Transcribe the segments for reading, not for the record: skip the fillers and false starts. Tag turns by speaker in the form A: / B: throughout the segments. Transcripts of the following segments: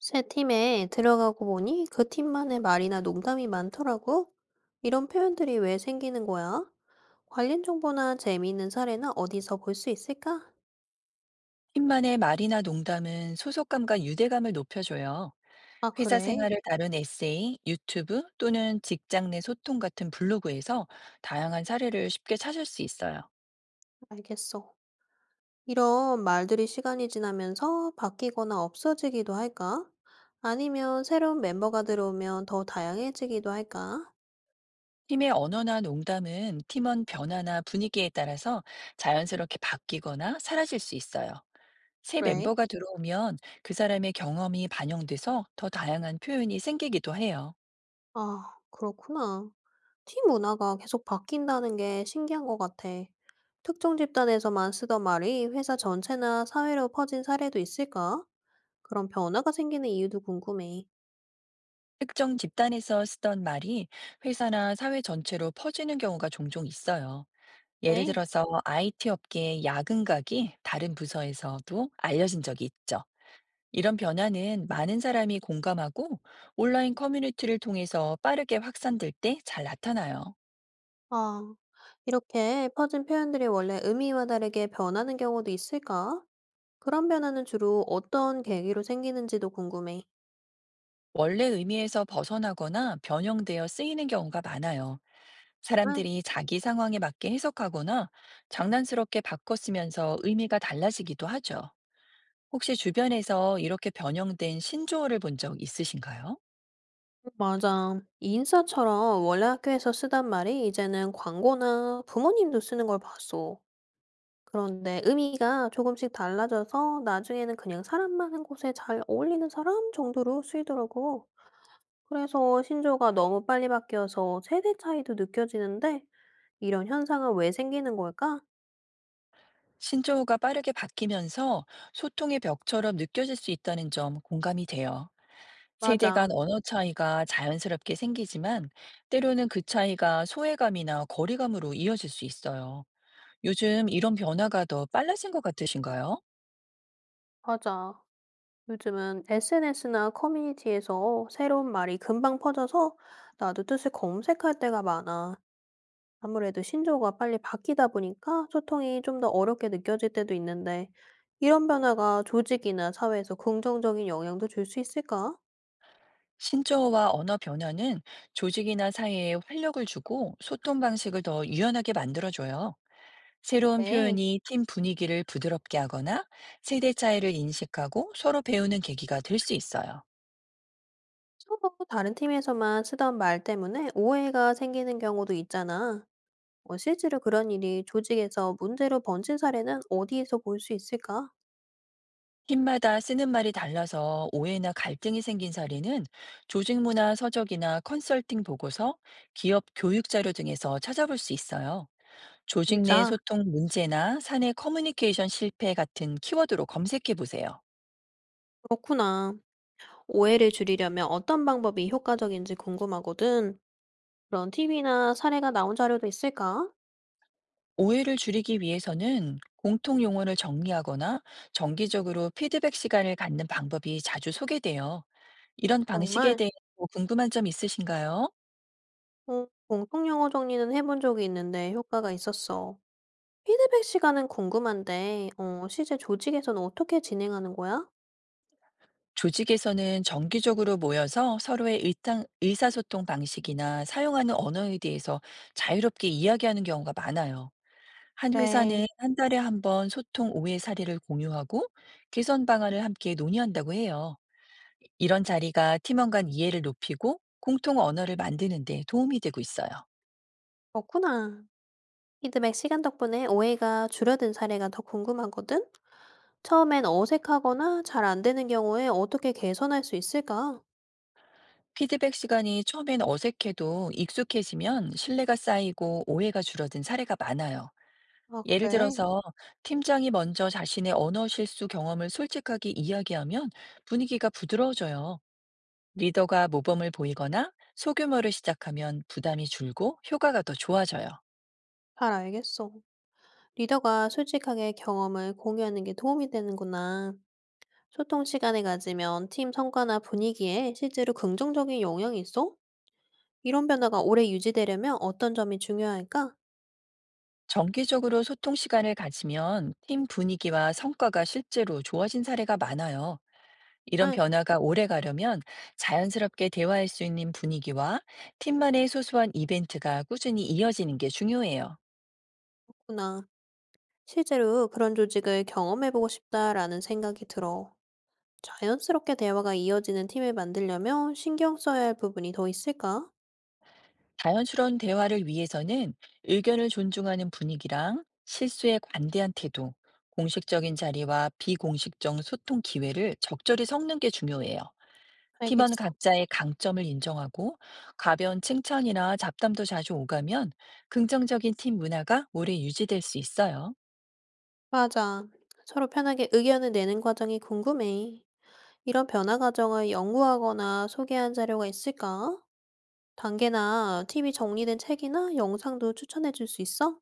A: 새 팀에 들어가고 보니 그 팀만의 말이나 농담이 많더라고. 이런 표현들이 왜 생기는 거야? 관련 정보나 재미있는 사례나 어디서 볼 수 있을까?
B: 팀만의 말이나 농담은 소속감과 유대감을 높여줘요.
A: 아,
B: 회사
A: 그래.
B: 생활을 다룬 에세이, 유튜브 또는 직장 내 소통 같은 블로그에서 다양한 사례를 쉽게 찾을 수 있어요.
A: 알겠어. 이런 말들이 시간이 지나면서 바뀌거나 없어지기도 할까? 아니면 새로운 멤버가 들어오면 더 다양해지기도 할까?
B: 팀의 언어나 농담은 팀원 변화나 분위기에 따라서 자연스럽게 바뀌거나 사라질 수 있어요. 새
A: 그래.
B: 멤버가 들어오면 그 사람의 경험이 반영돼서 더 다양한 표현이 생기기도 해요.
A: 아, 그렇구나. 팀 문화가 계속 바뀐다는 게 신기한 것 같아. 특정 집단에서만 쓰던 말이 회사 전체나 사회로 퍼진 사례도 있을까? 그런 변화가 생기는 이유도 궁금해.
B: 특정 집단에서 쓰던 말이 회사나 사회 전체로 퍼지는 경우가 종종 있어요. 예를
A: 네.
B: 들어서 IT 업계의 야근각이 다른 부서에서도 알려진 적이 있죠. 이런 변화는 많은 사람이 공감하고 온라인 커뮤니티를 통해서 빠르게 확산될 때 잘 나타나요.
A: 아, 이렇게 퍼진 표현들이 원래 의미와 다르게 변하는 경우도 있을까? 그런 변화는 주로 어떤 계기로 생기는지도 궁금해.
B: 원래 의미에서 벗어나거나 변형되어 쓰이는 경우가 많아요.
A: 응,
B: 사람들이 자기 상황에 맞게 해석하거나 장난스럽게 바꿔 쓰면서 의미가 달라지기도 하죠. 혹시 주변에서 이렇게 변형된 신조어를 본 적 있으신가요?
A: 맞아. 인싸처럼 원래 학교에서 쓰던 말이 이제는 광고나 부모님도 쓰는 걸 봤어. 그런데 의미가 조금씩 달라져서 나중에는 그냥 사람 많은 곳에 잘 어울리는 사람 정도로 쓰이더라고. 그래서 신조가 너무 빨리 바뀌어서 세대 차이도 느껴지는데 이런 현상은 왜 생기는 걸까?
B: 신조어가 빠르게 바뀌면서 소통의 벽처럼 느껴질 수 있다는 점 공감이 돼요. 세대
A: 맞아,
B: 간 언어 차이가 자연스럽게 생기지만, 때로는 그 차이가 소외감이나 거리감으로 이어질 수 있어요. 요즘 이런 변화가 더 빨라진 것 같으신가요?
A: 맞아. 요즘은 SNS나 커뮤니티에서 새로운 말이 금방 퍼져서 나도 뜻을 검색할 때가 많아. 아무래도 신조어가 빨리 바뀌다 보니까 소통이 좀 더 어렵게 느껴질 때도 있는데, 이런 변화가 조직이나 사회에서 긍정적인 영향도 줄 수 있을까?
B: 신조어와 언어 변화는 조직이나 사회에 활력을 주고 소통 방식을 더 유연하게 만들어줘요. 새로운
A: 네.
B: 표현이 팀 분위기를 부드럽게 하거나 세대 차이를 인식하고 서로 배우는 계기가 될 수 있어요.
A: 서로 다른 팀에서만 쓰던 말 때문에 오해가 생기는 경우도 있잖아. 실제로 그런 일이 조직에서 문제로 번진 사례는 어디에서 볼 수 있을까?
B: 팀마다 쓰는 말이 달라서 오해나 갈등이 생긴 사례는 조직 문화 서적이나 컨설팅 보고서, 기업 교육 자료 등에서 찾아볼 수 있어요. 조직 내
A: 진짜
B: 소통 문제나 사내 커뮤니케이션 실패 같은 키워드로 검색해 보세요.
A: 그렇구나. 오해를 줄이려면 어떤 방법이 효과적인지 궁금하거든. 그런 팁이나 사례가 나온 자료도 있을까?
B: 오해를 줄이기 위해서는 공통 용어를 정리하거나 정기적으로 피드백 시간을 갖는 방법이 자주 소개돼요. 이런 방식에
A: 정말
B: 대해 궁금한 점 있으신가요?
A: 공통 영어 정리는 해본 적이 있는데 효과가 있었어. 피드백 시간은 궁금한데, 실제 조직에서는 어떻게 진행하는 거야?
B: 조직에서는 정기적으로 모여서 서로의 일상, 의사소통 방식이나 사용하는 언어에 대해서 자유롭게 이야기하는 경우가 많아요. 한
A: 그래,
B: 회사는 한 달에 한 번 소통 오해 사례를 공유하고 개선 방안을 함께 논의한다고 해요. 이런 자리가 팀원 간 이해를 높이고 공통 언어를 만드는 데 도움이 되고 있어요.
A: 그렇구나. 피드백 시간 덕분에 오해가 줄어든 사례가 더 궁금하거든? 처음엔 어색하거나 잘 안 되는 경우에 어떻게 개선할 수 있을까?
B: 피드백 시간이 처음엔 어색해도 익숙해지면 신뢰가 쌓이고 오해가 줄어든 사례가 많아요.
A: 아,
B: 예를
A: 그래.
B: 들어서 팀장이 먼저 자신의 언어 실수 경험을 솔직하게 이야기하면 분위기가 부드러워져요. 리더가 모범을 보이거나 소규모를 시작하면 부담이 줄고 효과가 더 좋아져요.
A: 잘 알겠어. 리더가 솔직하게 경험을 공유하는 게 도움이 되는구나. 소통 시간을 가지면 팀 성과나 분위기에 실제로 긍정적인 영향이 있어? 이런 변화가 오래 유지되려면 어떤 점이 중요할까?
B: 정기적으로 소통 시간을 가지면 팀 분위기와 성과가 실제로 좋아진 사례가 많아요. 이런
A: 아,
B: 변화가 오래 가려면 자연스럽게 대화할 수 있는 분위기와 팀만의 소소한 이벤트가 꾸준히 이어지는 게 중요해요.
A: 구나. 실제로 그런 조직을 경험해보고 싶다라는 생각이 들어. 자연스럽게 대화가 이어지는 팀을 만들려면 신경 써야 할 부분이 더 있을까?
B: 자연스러운 대화를 위해서는 의견을 존중하는 분위기랑 실수에 관대한 태도, 공식적인 자리와 비공식적 소통 기회를 적절히 섞는 게 중요해요. 팀원
A: 알겠어.
B: 각자의 강점을 인정하고 가벼운 칭찬이나 잡담도 자주 오가면 긍정적인 팀 문화가 오래 유지될 수 있어요.
A: 맞아. 서로 편하게 의견을 내는 과정이 궁금해. 이런 변화 과정을 연구하거나 소개한 자료가 있을까? 단계나 팁이 정리된 책이나 영상도 추천해 줄 수 있어?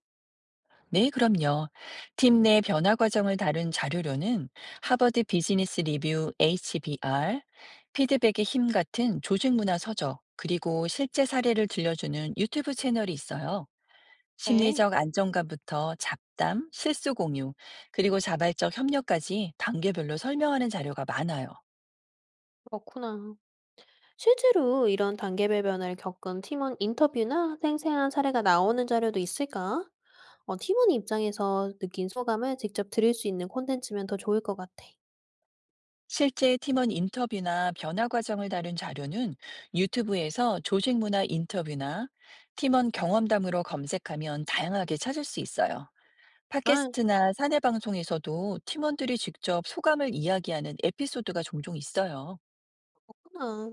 B: 네, 그럼요. 팀 내 변화 과정을 다룬 자료로는 하버드 비즈니스 리뷰 HBR, 피드백의 힘 같은 조직 문화 서적, 그리고 실제 사례를 들려주는 유튜브 채널이 있어요.
A: 네,
B: 심리적 안정감부터 잡담, 실수 공유, 그리고 자발적 협력까지 단계별로 설명하는 자료가 많아요.
A: 그렇구나. 실제로 이런 단계별 변화를 겪은 팀원 인터뷰나 생생한 사례가 나오는 자료도 있을까? 팀원 입장에서 느낀 소감을 직접 들을 수 있는 콘텐츠면 더 좋을 것 같아.
B: 실제 팀원 인터뷰나 변화 과정을 다룬 자료는 유튜브에서 조직 문화 인터뷰나 팀원 경험담으로 검색하면 다양하게 찾을 수 있어요.
A: 정말
B: 팟캐스트나 사내 방송에서도 팀원들이 직접 소감을 이야기하는 에피소드가 종종 있어요.
A: 구나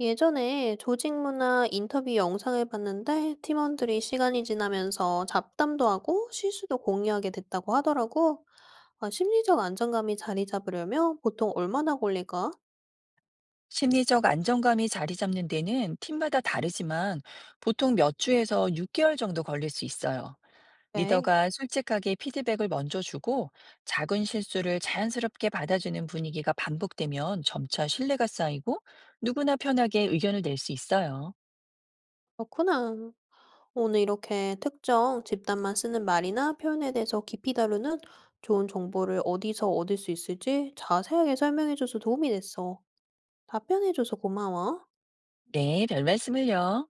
A: 예전에 조직 문화 인터뷰 영상을 봤는데 팀원들이 시간이 지나면서 잡담도 하고 실수도 공유하게 됐다고 하더라고. 아, 심리적 안정감이 자리 잡으려면 보통 얼마나 걸릴까?
B: 심리적 안정감이 자리 잡는 데는 팀마다 다르지만 보통 몇 주에서 6개월 정도 걸릴 수 있어요.
A: 네,
B: 리더가 솔직하게 피드백을 먼저 주고 작은 실수를 자연스럽게 받아주는 분위기가 반복되면 점차 신뢰가 쌓이고 누구나 편하게 의견을 낼 수 있어요.
A: 그렇구나. 오늘 이렇게 특정 집단만 쓰는 말이나 표현에 대해서 깊이 다루는 좋은 정보를 어디서 얻을 수 있을지 자세하게 설명해줘서 도움이 됐어. 답변해줘서 고마워.
B: 네, 별 말씀을요.